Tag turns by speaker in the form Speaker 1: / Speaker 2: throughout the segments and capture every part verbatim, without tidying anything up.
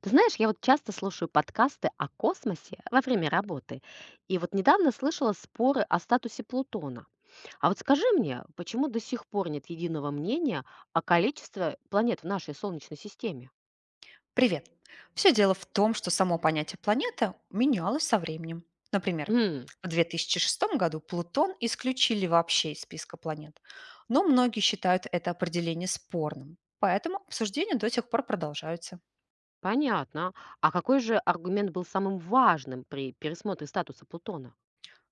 Speaker 1: Ты знаешь, я вот часто слушаю подкасты о космосе во время работы, и вот недавно слышала споры о статусе Плутона. А вот скажи мне, почему до сих пор нет единого мнения о количестве планет в нашей Солнечной системе?
Speaker 2: Привет. Все дело в том, что само понятие планета менялось со временем. Например,
Speaker 1: Хм,
Speaker 2: в две тысячи шестом году Плутон исключили вообще из списка планет, но многие считают это определение спорным, поэтому обсуждения до сих пор продолжаются.
Speaker 1: понятно. А какой же аргумент был самым важным при пересмотре статуса Плутона?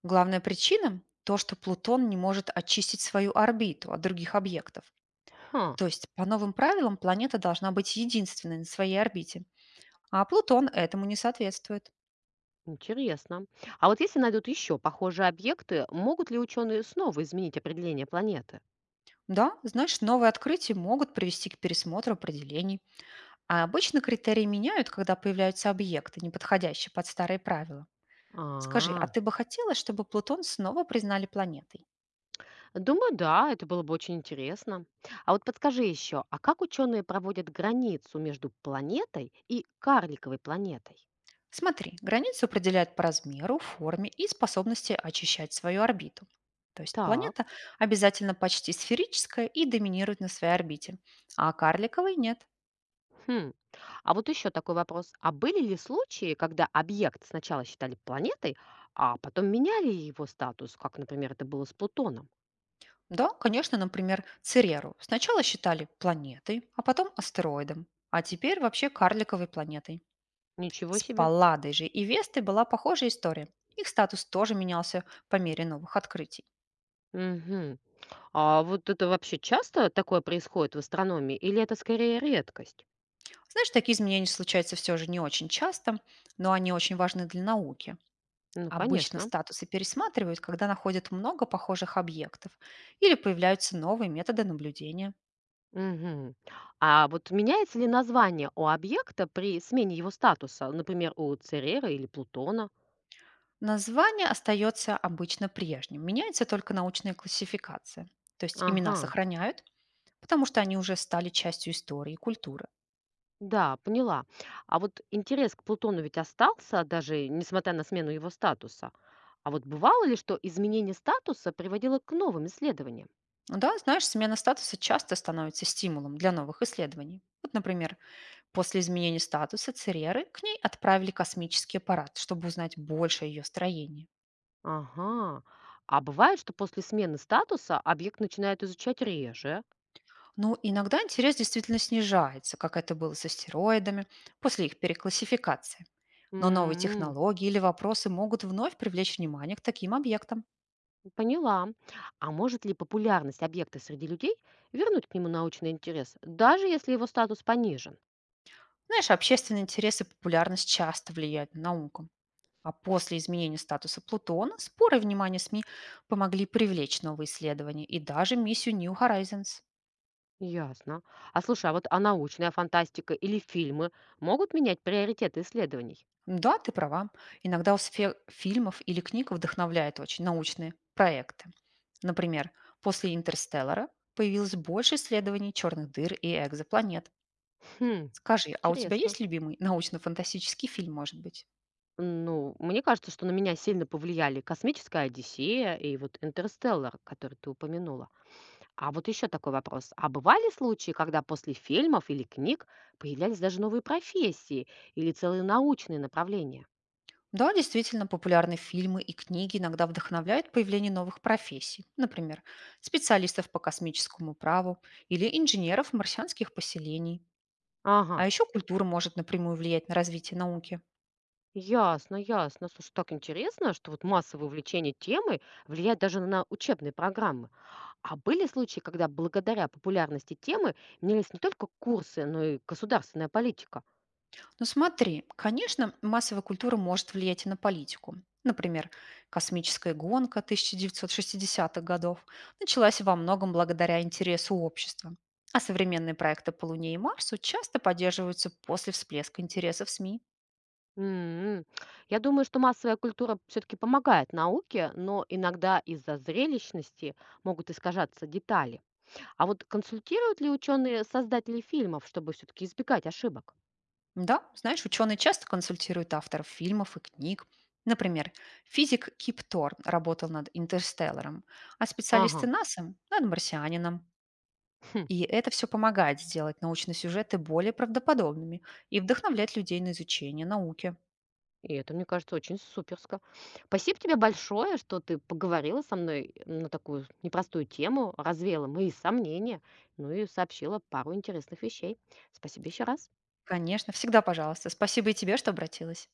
Speaker 2: Главная причина — то, что Плутон не может очистить свою орбиту от других объектов.
Speaker 1: Хм,
Speaker 2: То есть, по новым правилам, планета должна быть единственной на своей орбите, а Плутон этому не соответствует.
Speaker 1: интересно. А вот если найдут еще похожие объекты, могут ли ученые снова изменить определение планеты?
Speaker 2: Да, значит, новые открытия могут привести к пересмотру определений. А обычно критерии меняют, когда появляются объекты, не подходящие под старые правила. Скажи, а
Speaker 1: А,
Speaker 2: ты бы хотела, чтобы Плутон снова признали планетой?
Speaker 1: Думаю, да, это было бы очень интересно. А вот подскажи еще, а как ученые проводят границу между планетой и карликовой планетой?
Speaker 2: Смотри, границу определяют по размеру, форме и способности очищать свою орбиту. То есть планета
Speaker 1: Так.
Speaker 2: обязательно почти сферическая и доминирует на своей орбите, а карликовой нет.
Speaker 1: Хм. А вот еще такой вопрос. А были ли случаи, когда объект сначала считали планетой, а потом меняли его статус, как, например, это было с Плутоном?
Speaker 2: Да, конечно, например, Цереру сначала считали планетой, а потом астероидом, а теперь вообще карликовой планетой.
Speaker 1: Ничего
Speaker 2: С
Speaker 1: себе.
Speaker 2: Палладой же и Вестой была похожая история. Их статус тоже менялся по мере новых открытий.
Speaker 1: Мгм. А вот это вообще часто такое происходит в астрономии, или это скорее редкость?
Speaker 2: Знаешь, такие изменения случаются все же не очень часто, но они очень важны для науки.
Speaker 1: Ну,
Speaker 2: Обычно
Speaker 1: конечно.
Speaker 2: статусы пересматривают, когда находят много похожих объектов или появляются новые методы наблюдения.
Speaker 1: Мгм. А вот меняется ли название у объекта при смене его статуса, например, у Церера или Плутона?
Speaker 2: Название остается обычно прежним, меняется только научная классификация. То есть имена
Speaker 1: Ага,
Speaker 2: сохраняют, потому что они уже стали частью истории и культуры.
Speaker 1: да, поняла. А вот интерес к Плутону ведь остался, даже несмотря на смену его статуса. А вот бывало ли, что изменение статуса приводило к новым исследованиям?
Speaker 2: Ну да, знаешь, смена статуса часто становится стимулом для новых исследований. Вот, например, после изменения статуса Цереры к ней отправили космический аппарат, чтобы узнать больше о ее строении.
Speaker 1: Ага. А бывает, что после смены статуса объект начинает изучать реже.
Speaker 2: Но иногда интерес действительно снижается, как это было с астероидами, после их переклассификации. Но новые
Speaker 1: М,
Speaker 2: технологии или вопросы могут вновь привлечь внимание к таким объектам.
Speaker 1: Поняла. А может ли популярность объекта среди людей вернуть к нему научный интерес, даже если его статус понижен?
Speaker 2: Знаешь, общественный интерес и популярность часто влияют на науку. А после изменения статуса Плутона споры и внимание С М И помогли привлечь новые исследования и даже миссию нью хорайзонс.
Speaker 1: Ясно. А слушай, а вот а научная фантастика или фильмы могут менять приоритеты исследований?
Speaker 2: Да, ты права. Иногда у сфер фильмов или книг вдохновляют очень научные проекты. Например, после «Интерстеллара» появилось больше исследований черных дыр и экзопланет.
Speaker 1: Хм,
Speaker 2: Скажи, а у тебя
Speaker 1: интересно.
Speaker 2: есть любимый научно-фантастический фильм, может быть?
Speaker 1: Ну, мне кажется, что на меня сильно повлияли «Космическая Одиссея» и вот «Интерстеллар», который ты упомянула. А вот еще такой вопрос. А бывали случаи, когда после фильмов или книг появлялись даже новые профессии или целые научные направления?
Speaker 2: Да, действительно, популярные фильмы и книги иногда вдохновляют появление новых профессий, например, специалистов по космическому праву или инженеров марсианских поселений.
Speaker 1: Ага.
Speaker 2: А еще культура может напрямую влиять на развитие науки.
Speaker 1: Ясно, ясно. Слушай, так интересно, что вот массовое увлечение темой влияет даже на учебные программы. А были случаи, когда благодаря популярности темы менялись не только курсы, но и государственная политика?
Speaker 2: Но смотри, конечно, массовая культура может влиять и на политику. Например, космическая гонка тысяча девятьсот шестидесятых годов началась во многом благодаря интересу общества. А современные проекты по Луне и Марсу часто поддерживаются после всплеска интересов С М И.
Speaker 1: М, Я думаю, что массовая культура все-таки помогает науке, но иногда из-за зрелищности могут искажаться детали. А вот консультируют ли ученые создатели фильмов, чтобы все-таки избегать ошибок?
Speaker 2: Да, знаешь, ученые часто консультируют авторов фильмов и книг. Например, физик Кип Торн работал над «Интерстелларом», а специалисты
Speaker 1: Ага.
Speaker 2: НАСА — над «Марсианином». И это все помогает сделать научные сюжеты более правдоподобными и вдохновлять людей на изучение науки.
Speaker 1: И это, мне кажется, очень суперско. Спасибо тебе большое, что ты поговорила со мной на такую непростую тему, развеяла мои сомнения, ну и сообщила пару интересных вещей. Спасибо еще раз.
Speaker 2: Конечно, всегда пожалуйста. Спасибо и тебе, что обратилась.